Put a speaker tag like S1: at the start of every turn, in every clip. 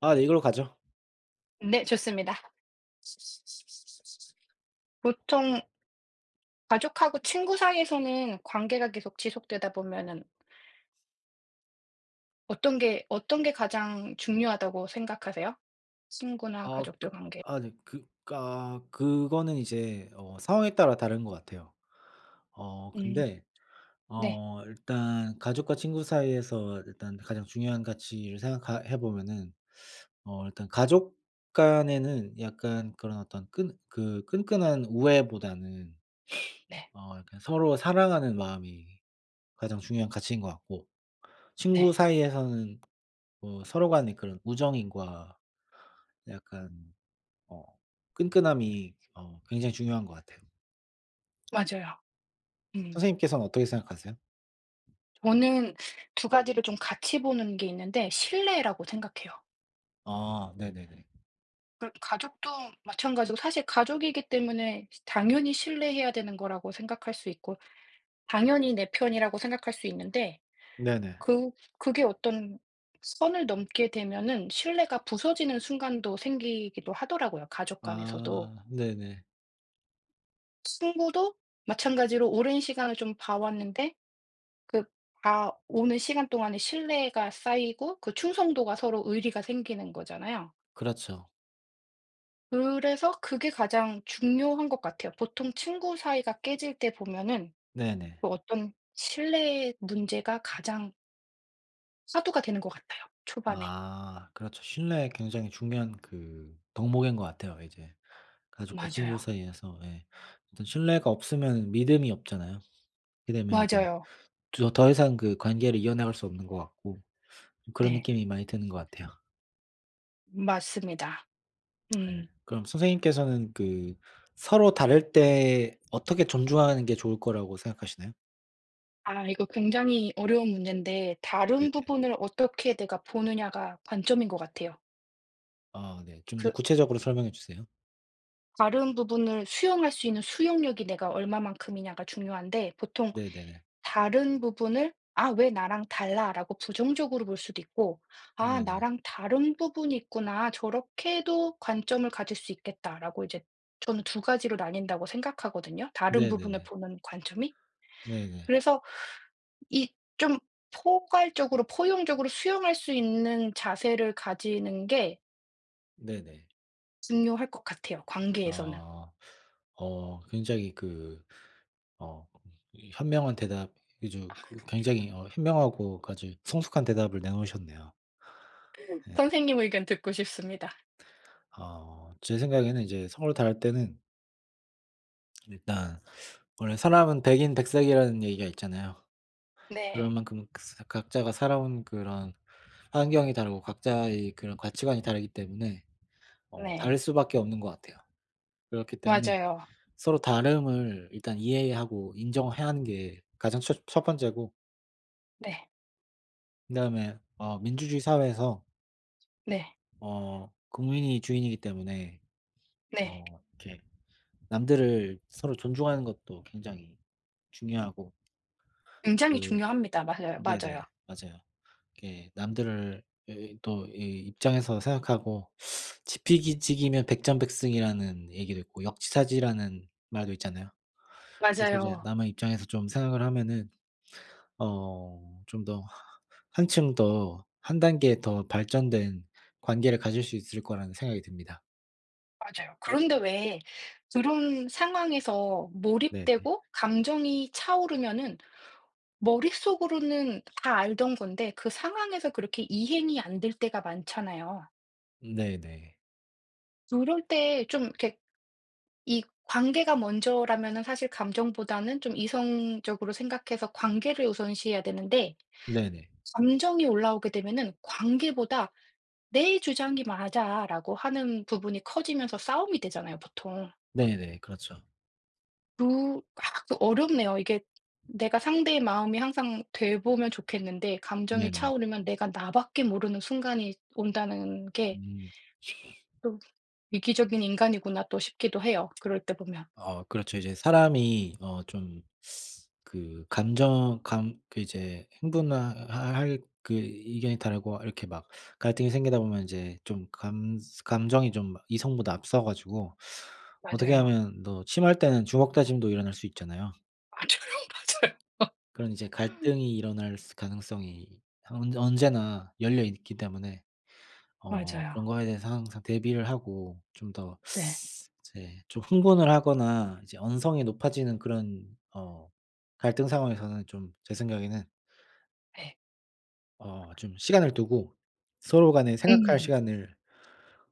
S1: 아 네, 이걸로 가죠.
S2: 네 좋습니다. 보통 가족하고 친구 사이에서는 관계가 계속 지속되다 보면은 어떤 게 가장 중요하다고 생각하세요? 친구나
S1: 아
S2: 가족들
S1: 그
S2: 관계.
S1: 아 네. 아 그거는 이제 상황에 따라 다른 것 같아요.
S2: 음
S1: 근데
S2: 네.
S1: 일단 가족과 친구 사이에서 일단 가장 중요한 가치를 생각하 해 보면은, 일단 가족 간에는 약간 그런 어떤 끈 그 끈끈한 우애보다는
S2: 네.
S1: 약간 서로 사랑하는 마음이 가장 중요한 가치인 것 같고, 친구
S2: 네.
S1: 사이에서는 뭐 서로 간의 그런 우정인과 약간 어 끈끈함이 굉장히 중요한 것 같아요.
S2: 맞아요. 음.
S1: 선생님께서는 어떻게 생각하세요?
S2: 저는 두 가지를 좀 같이 보는 게 있는데 신뢰라고 생각해요.
S1: 아 네네네.
S2: 그 가족도 마찬가지고 사실 가족이기 때문에 당연히 신뢰해야 되는 거라고 생각할 수 있고 당연히 내 편이라고 생각할 수 있는데
S1: 네네.
S2: 그 그게 어떤 선을 넘게 되면은 신뢰가 부서지는 순간도 생기기도 하더라고요, 가족 간에서도.
S1: 아 네네.
S2: 친구도 마찬가지로 오랜 시간을 좀 봐 왔는데 그 봐 오는 시간 동안에 신뢰가 쌓이고 그 충성도가 서로 의리가 생기는 거잖아요.
S1: 그렇죠.
S2: 그래서 그게 가장 중요한 것 같아요. 보통 친구 사이가 깨질 때 보면은
S1: 네네.
S2: 그 어떤 신뢰 문제가 가장 화두가 되는 것 같아요, 초반에.
S1: 아 그렇죠. 신뢰, 굉장히 중요한 그 덕목인 것 같아요 이제. 가족과 친구
S2: 맞아요.
S1: 사이에서. 예. 일단 신뢰가 없으면 믿음이 없잖아요. 그렇게 되면 이제
S2: 맞아요.
S1: 더 이상 그 관계를 이어나갈 수 없는 것 같고, 그런
S2: 네.
S1: 느낌이 많이 드는 것 같아요.
S2: 맞습니다.
S1: 네.
S2: 음.
S1: 그럼 선생님께서는 그 서로 다를 때 어떻게 존중하는 게 좋을 거라고 생각하시나요?
S2: 아 이거 굉장히 어려운 문제인데 다른
S1: 네네.
S2: 부분을 어떻게 내가 보느냐가 관점인 것 같아요.
S1: 아 네. 좀 더
S2: 그
S1: 구체적으로 설명해 주세요.
S2: 다른 부분을 수용할 수 있는 수용력이 내가 얼마만큼이냐가 중요한데 보통
S1: 네네네.
S2: 다른 부분을 '아 왜 나랑 달라.'라고 부정적으로 볼 수도 있고 '아
S1: 네네.
S2: 나랑 다른 부분이 있구나. 저렇게도 관점을 가질 수 있겠다.'라고 이제 저는 두 가지로 나뉜다고 생각하거든요 다른 부분을
S1: 네네네.
S2: 보는 관점이.
S1: 네네.
S2: 그래서 이 좀 포괄적으로 포용적으로 수용할 수 있는 자세를 가지는 게
S1: 네네.
S2: 중요할 것 같아요, 관계에서는.
S1: 아. 굉장히 어 이 현명한 대답, 아주 굉장히 현명하고 아주 성숙한 대답을 내놓으셨네요. 네.
S2: 선생님 의견 듣고 싶습니다.
S1: 제 생각에는 이제 서로 다를 때는 일단, 원래 사람은 백인 백색이라는 얘기가 있잖아요. 그
S2: 네.
S1: 런 만큼 그 사 각자가 살아온 그런 환경이 다르고 각자의 그런 가치관이 다르기 때문에
S2: 네.
S1: 다를 수밖에 없는 것 같아요. 그렇기 때문에
S2: 맞아요.
S1: 서로 다름을 일단 이해하고 인정해야 하는 게 가장 첫 번째고,
S2: 네.
S1: 그다음에 민주주의 사회에서
S2: 네.
S1: 국민이 주인이기 때문에
S2: 네.
S1: 이렇게 남들을 서로 존중하는 것도 굉장히 중요하고,
S2: 굉장히
S1: 그
S2: 중요합니다. 맞아요.
S1: 네네.
S2: 맞아요.
S1: 맞아요. 이렇게 남들을, 또 이 입장에서 생각하고, 지피지기면 백전백승이라는 얘기도 있고 역지사지라는 말도 있잖아요. 그래서 이제
S2: 맞아요.
S1: 남의 입장에서 좀 생각을 하면은 좀 더 한층 더 한 단계 더 발전된 관계를 가질 수 있을 거라는 생각이 듭니다.
S2: 맞아요. 그런데 왜 그런 상황에서
S1: 네네.
S2: 몰입되고 감정이 차오르면은 머릿속으로는 다 알던 건데 그 상황에서 그렇게 이행이 안 될 때가 많잖아요.
S1: 네네.
S2: 그럴 때 좀 이렇게 이 관계가 먼저라면은 사실 감정보다는 좀 이성적으로 생각해서 관계를 우선시해야 되는데
S1: 네네.
S2: 감정이 올라오게 되면은 관계보다 "내 주장이 맞아."라고 하는 부분이 커지면서 싸움이 되잖아요 보통.
S1: 네네. 그렇죠.
S2: 두, 아 그 어렵네요. 이게 내가 상대의 마음이 항상 돼 보면 좋겠는데 감정이
S1: 네네.
S2: 차오르면 내가 나밖에 모르는 순간이 온다는 게
S1: 음.
S2: 또 '위기적인 인간이구나.' 또 싶기도 해요 그럴 때 보면.
S1: 그렇죠. 이제 사람이 좀 그 감정 감 그 이제 흥분하 할 의견이 다르고 이렇게 막 갈등이 생기다 보면 인제 좀 감 감정이 좀 이성보다 앞서 가지고, 어떻게
S2: 맞아요.
S1: 하면 또 심할 때는 주먹다짐도 일어날 수 있잖아요.
S2: 맞아요, 맞아요.
S1: 그런 이제 갈등이 일어날 스 가능성이 언 언제나 열려 있기 때문에 그런
S2: 맞아요.
S1: 거에 대해서 항상 대비를 하고, 좀 더
S2: 네.
S1: 이제 좀 흥분을 하거나 이제 언성이 높아지는 그런 갈등 상황에서는, 좀 제 생각에는
S2: 예.
S1: 좀 시간을 두고 서로 간에 생각할
S2: 음.
S1: 시간을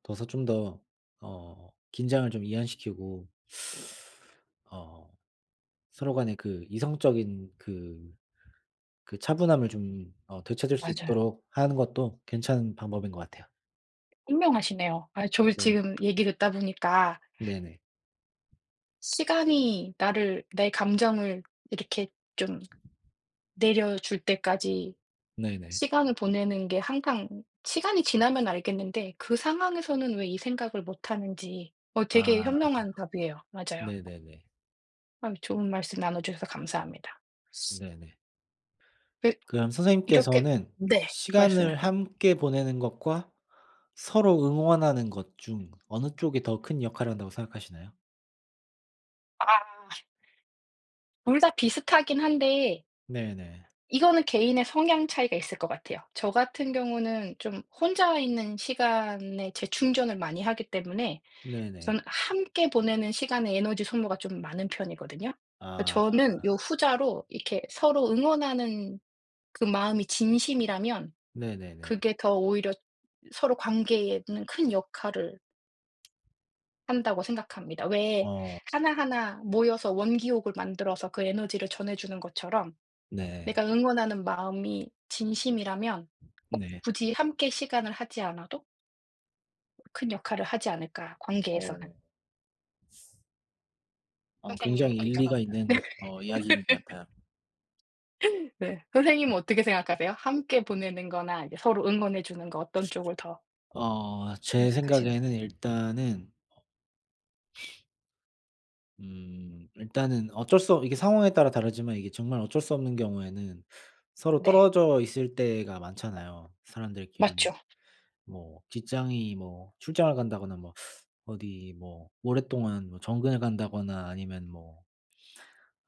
S1: 둬서 좀 더 긴장을 좀 이완시키고, 어 서로 간에 그 이성적인 차분함을 좀 되찾을 수
S2: 맞아요.
S1: 있도록 하는 것도 괜찮은 방법인 것 같아요.
S2: 현명하시네요. 아 저
S1: 네.
S2: 지금 얘기 듣다 보니까
S1: 네네.
S2: 시간이 나를 내 감정을 이렇게 좀 내려줄 때까지
S1: 네네.
S2: 시간을 보내는 게 항상 시간이 지나면 알겠는데 그 상황에서는 왜 이 생각을 못 하는지 되게
S1: 아
S2: 현명한 답이에요. 맞아요.
S1: 네네네.
S2: 아유 좋은 말씀 나눠 주셔서 감사합니다.
S1: 네네.
S2: 그
S1: 그럼
S2: 이렇게
S1: 선생님께서는
S2: 네.
S1: 시간을
S2: 말씀하세요.
S1: 함께 보내는 것과 서로 응원하는 것 중 어느 쪽이 더 큰 역할을 한다고 생각하시나요?
S2: 아 둘 다 비슷하긴 한데
S1: 네네.
S2: 이거는 개인의 성향 차이가 있을 것 같아요. 저 같은 경우는 좀 혼자 있는 시간에 재충전을 많이 하기 때문에
S1: 네네.
S2: 저는 함께 보내는 시간에 에너지 소모가 좀 많은 편이거든요. 그
S1: 아
S2: 저는 요 후자로 이렇게 서로 응원하는 그 마음이 진심이라면
S1: 네네네.
S2: 그게 더 오히려 서로 관계에는 큰 역할을 한다고 생각합니다. 왜
S1: 어
S2: 하나하나 모여서 원기옥을 만들어서 그 에너지를 전해주는 것처럼
S1: 네.
S2: 내가 응원하는 마음이 진심이라면 꼭
S1: 네.
S2: 굳이 함께 시간을 하지 않아도 큰 역할을 하지 않을까, 관계에서는.
S1: 어.
S2: 선생님
S1: 굉장히
S2: 의견
S1: 일리가
S2: 어떠세요?
S1: 있는 이야기인 것 같아요.
S2: 네. 선생님은 어떻게 생각하세요? 함께 보내는 거나 이제 서로 응원해 주는 거 어떤 쪽을 더
S1: 제 생각에는
S2: 생각하시는지.
S1: 일단은, 일단은 어쩔 수 이게 상황에 따라 다르지만 이게 정말 어쩔 수 없는 경우에는 서로
S2: 네.
S1: 떨어져 있을 때가 많잖아요,
S2: 맞죠.
S1: 사람들끼리. 뭐 직장이 뭐 출장을 간다거나, 뭐 어디 뭐 오랫동안 뭐 정근을 간다거나, 아니면 뭐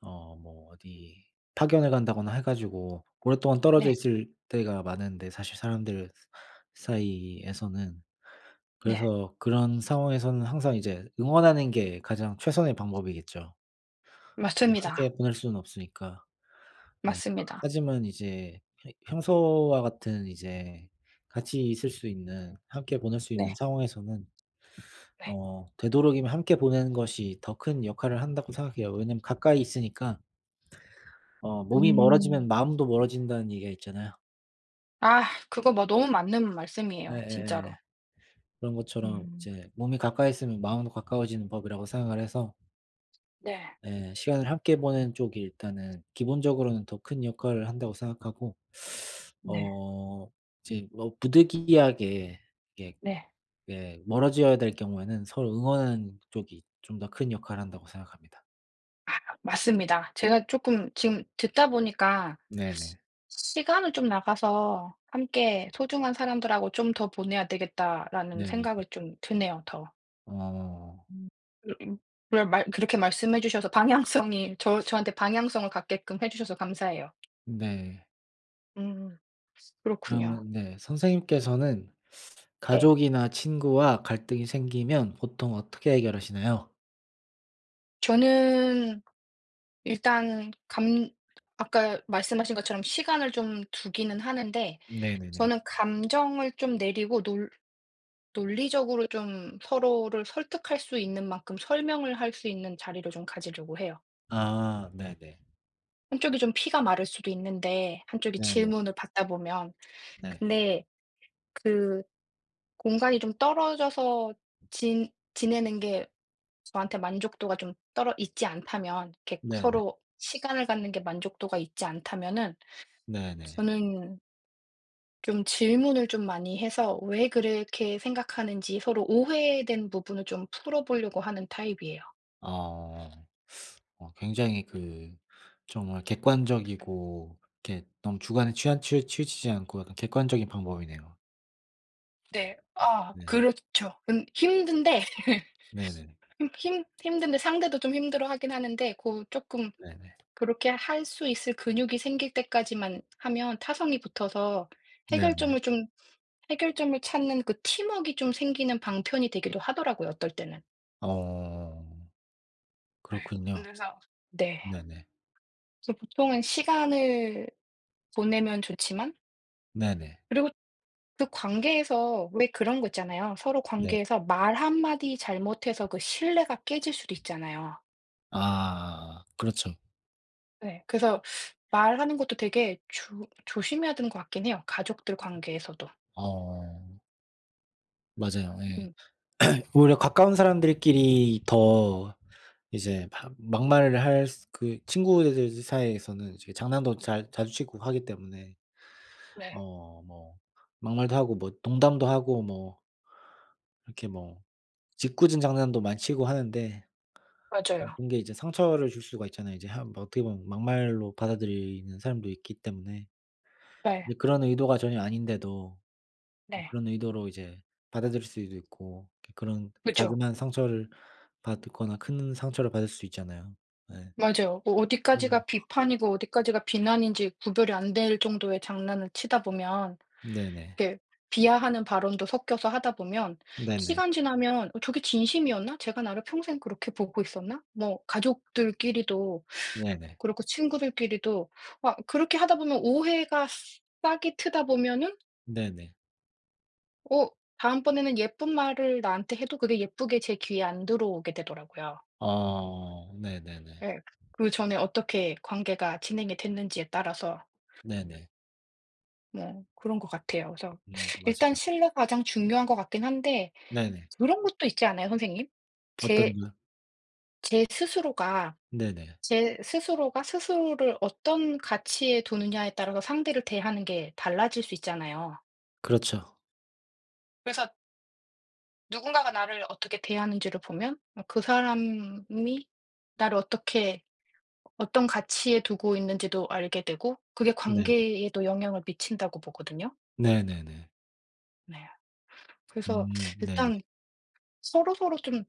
S1: 뭐 어디 파견을 간다거나 해 가지고 오랫동안 떨어져
S2: 네.
S1: 있을 때가 많은데, 사실 사람들 사이에서는.
S2: 네.
S1: 그래서 그런 상황에서는 항상 이제 응원하는 게 가장 최선의 방법이겠죠. 이제 함께
S2: 맞습니다.
S1: 보낼 수는 없으니까. 예.
S2: 맞습니다.
S1: 하지만 이제 평 평소와 같은 이제 같이 있을 수 있는, 함께 보낼 수 있는
S2: 네.
S1: 상황에서는
S2: 네.
S1: 되도록이면 함께 보내는 것이 더 큰 역할을 한다고 생각해요. 왜냐면 가까이 있으니까, 몸이
S2: 음.
S1: 멀어지면 마음도 멀어진다는 얘기가 있잖아요.
S2: 아 그거 뭐 너무 맞는 말씀이에요
S1: 예예예.
S2: 진짜로.
S1: 그런 것처럼
S2: 음.
S1: 이제 몸이 가까이 있으면 마음도 가까워지는 법이라고 생각을 해서,
S2: 네.
S1: 예, 시간을 함께 보내는 쪽이 일단은 기본적으로는 더 큰 역할을 한다고 생각하고
S2: 네.
S1: 어 이제 뭐 부득이하게 이게
S2: 네.
S1: 예 멀어져야 될 경우에는 서로 응원하는 쪽이 좀 더 큰 역할을 한다고 생각합니다.
S2: 맞습니다. 제가 조금 지금 듣다 보니까
S1: 네네.
S2: 시간을 좀 나가서 '함께 소중한 사람들하고 좀 더 보내야 되겠다.'라는
S1: 네네.
S2: 생각을 좀 드네요 더.
S1: 어.
S2: 음. 으음. 그래 말 그렇게 말씀해 주셔서 방향성이 저한테 방향성을 갖게끔 해 주셔서 감사해요.
S1: 네.
S2: 음 그렇군요.
S1: 그러면, 네, 선생님께서는
S2: 네.
S1: 가족이나 친구와 갈등이 생기면 보통 어떻게 해결하시나요?
S2: 저는 일단 감 아까 말씀하신 것처럼 시간을 좀 두기는 하는데
S1: 네네네.
S2: 저는 감정을 좀 내리고 놀 논리적으로 좀 서로를 설득할 수 있는 만큼 설명을 할 수 있는 자리를 좀 가지려고 해요.
S1: 아 네네.
S2: 한쪽이 좀 피가 마를 수도 있는데 한쪽이
S1: 네네.
S2: 질문을 받다 보면
S1: 네.
S2: 근데 그 공간이 좀 떨어져서 지 지내는 게 저한테 만족도가 좀 떨어 있지 않다면 이렇게
S1: 네네.
S2: 서로 시간을 갖는 게 만족도가 있지 않다면은
S1: 네네.
S2: 저는 좀 질문을 좀 많이 해서 왜 그렇게 생각하는지 서로 오해된 부분을 좀 풀어보려고 하는 타입이에요.
S1: 어. 굉장히 그 정말 객관적이고 이렇게 너무 주관에 취한, 치우치지 않고 약간 객관적인 방법이네요.
S2: 네. 아
S1: 네.
S2: 그렇죠. 힘든데
S1: 네네.
S2: 힘 힘 힘든데 상대도 좀 힘들어하긴 하는데 고 쪼끔
S1: 네네.
S2: 그렇게 할 수 있을 근육이 생길 때까지만 하면 타성이 붙어서
S1: 네네.
S2: 해결점을 좀 해결점을 찾는 그 팀웍이 좀 생기는 방편이 되기도 하더라고요 어떨 때는.
S1: 어.
S2: 예.
S1: 그렇군요.
S2: 그래서 네.
S1: 네네.
S2: 그래서 보통은 시간을 보내면 좋지만
S1: 네네.
S2: 그리고 그 관계에서 왜 그런 거 있잖아요. 서로
S1: 네.
S2: 관계에서 말 한마디 잘못해서 그 신뢰가 깨질 수도 있잖아요.
S1: 아 그렇죠.
S2: 네. 그래서 말하는 것도 되게 조 조심해야 되는 것 같긴 해요, 가족들 관계에서도.
S1: 어. 맞아요. 예.
S2: 음.
S1: 오히려 가까운 사람들끼리 더 이제 막 막말을 할 스 친구들 사이에서는 이제 장난도 잘 자주 치고 하기 때문에
S2: 네.
S1: 뭐 막말도 하고 뭐 농담도 하고 뭐 이렇게 뭐 짓궂은 장난도 많이 치고 하는데,
S2: 맞아요.
S1: 그런 게 이제 상처를 줄 수가 있잖아요. 이제 한 뭐 어떻게 보면 막말로 받아들이는 사람도 있기 때문에.
S2: 네.
S1: 근데 그런 의도가 전혀 아닌데도
S2: 네.
S1: 그런 의도로 이제 받아들일 수도 있고, 이렇게 그런
S2: 그죠.
S1: 자그마한 상처를 받거나 큰 상처를 받을 수 있잖아요. 네.
S2: 맞아요. 어
S1: 음
S2: 어디까지가 비판이고 어디까지가 비난인지 구별이 안 될 정도의 장난을 치다 보면
S1: 네네.
S2: 이렇게 비하하는 발언도 섞여서 하다 보면
S1: 네네.
S2: 시간 지나면 '어 저게 진심이었나? 제가 나를 평생 그렇게 보고 있었나?' 뭐 가족들끼리도
S1: 네네.
S2: 그렇고 친구들끼리도 아, 그렇게 하다 보면 오해가 싹이 트다 보면은
S1: 네네.
S2: 어 다음번에는 예쁜 말을 나한테 해도 그게 예쁘게 제 귀에 안 들어오게 되더라고요.
S1: 네네네.
S2: 예. 그전에 어떻게 관계가 진행이 됐는지에 따라서
S1: 네네.
S2: 뭐 그런 것 같아요. 그래서 일단
S1: 맞아요.
S2: 신뢰가 가장 중요한 것 같긴 한데
S1: 네네.
S2: 그런 것도 있지 않아요, 선생님?
S1: 어떤
S2: 제
S1: 거요?
S2: 제 스스로가
S1: 네네.
S2: 제 스스로가 스스로를 어떤 가치에 두느냐에 따라서 상대를 대하는 게 달라질 수 있잖아요.
S1: 그렇죠.
S2: 그래서 누군가가 나를 어떻게 대하는지를 보면 어 그 사람이 나를 어떻게 어떤 가치에 두고 있는지도 알게 되고 그게
S1: 네네.
S2: 관계에도 영향을 미친다고 보거든요.
S1: 네네네.
S2: 네. 그래서
S1: 네네.
S2: 일단 서로서로 좀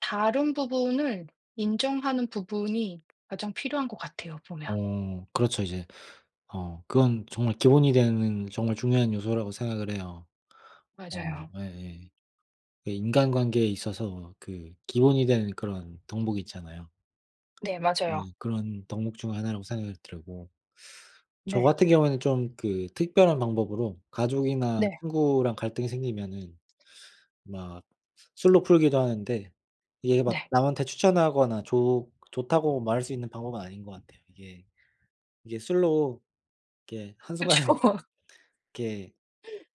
S2: 다른 부분을 인정하는 부분이 가장 필요한 것 같아요 보면.
S1: 그렇죠. 이제 그건 정말 기본이 되는 정말 중요한 요소라고 생각을 해요.
S2: 맞아요.
S1: 예예. 그 인간관계에 있어서 그 기본이 되는 그런 덕목 있잖아요.
S2: 네 맞아요.
S1: 네, 그런 덕목 중 하나라고 생각이 들고, 저
S2: 네.
S1: 같은 경우에는 좀 그 특별한 방법으로 가족이나
S2: 네.
S1: 친구랑 갈등이 생기면은 막 술로 풀기도 하는데, 이게 막
S2: 네.
S1: 남한테 추천하거나 좋 좋다고 말할 수 있는 방법은 아닌 것 같아요. 이게 술로 이렇게
S2: 그쵸.
S1: 한순간에 이렇게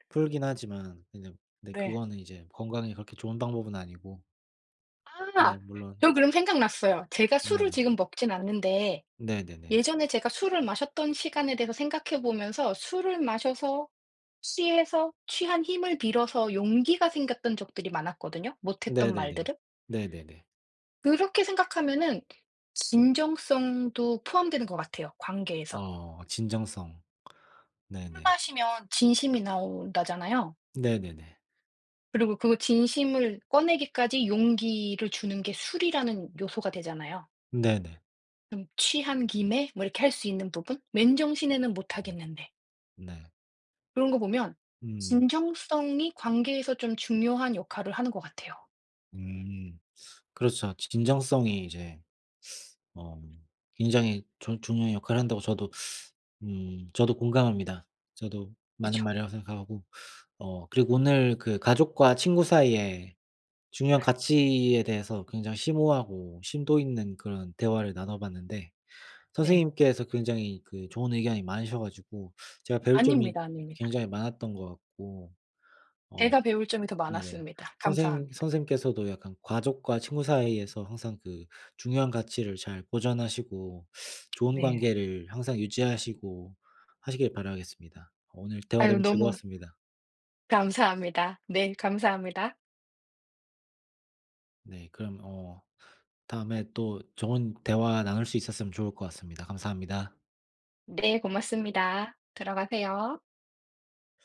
S1: 풀긴 하지만, 근데
S2: 네.
S1: 그거는 이제 건강에 그렇게 좋은 방법은 아니고.
S2: 아
S1: 네 물론.
S2: 저 그럼 생각났어요. 제가 술을
S1: 네네.
S2: 지금 먹진 않는데
S1: 네네네.
S2: 예전에 제가 술을 마셨던 시간에 대해서 생각해 보면서 술을 마셔서 취해서 취한 힘을 빌어서 용기가 생겼던 적들이 많았거든요, 못했던
S1: 네네네.
S2: 말들을.
S1: 네네네.
S2: 그렇게 생각하면은 진정성도 포함되는 것 같아요, 관계에서.
S1: 진정성.
S2: 술
S1: 네네.
S2: 마시면 진심이 나온다잖아요.
S1: 네네네.
S2: 그리고 그 진심을 꺼내기까지 용기를 주는 게 술이라는 요소가 되잖아요.
S1: 네네.
S2: 좀 취한 김에 뭐 이렇게 할 수 있는 부분? 맨정신에는 못
S1: 음
S2: 하겠는데.
S1: 네.
S2: 그런 거 보면
S1: 음.
S2: 진정성이 관계에서 좀 중요한 역할을 하는 것 같아요.
S1: 음. 그렇죠. 진정성이 이제 어 굉장히 조 중요한 역할을 한다고 저도 공감합니다. 저도 맞는
S2: 그쵸.
S1: 말이라고 생각하고. 그리고 오늘 그 가족과 친구 사이의 중요한
S2: 네.
S1: 가치에 대해서 굉장히 심오하고 심도 있는 그런 대화를 나눠 봤는데,
S2: 네.
S1: 선생님께서 굉장히 그 좋은 의견이 많으셔 가지고 제가 배울 점이
S2: 아닙니다, 아닙니다.
S1: 굉장히 많았던 것 같고. 어
S2: 제가 배울 점이 더
S1: 네네.
S2: 많았습니다. 감사합니다.
S1: 선생님께서도 약간 가족과 친구 사이에서 항상 그 중요한 가치를 잘 보존하시고, 좋은
S2: 네.
S1: 관계를 항상 유지하시고 하시길 바라겠습니다. 오늘 대화
S2: 아유
S1: 너무
S2: 너무
S1: 즐거웠습니다.
S2: 감사합니다. 네 감사합니다.
S1: 네, 그럼 다음에 또 좋은 대화 나눌 수 있었으면 좋을 것 같습니다. 감사합니다.
S2: 네 고맙습니다. 들어가세요.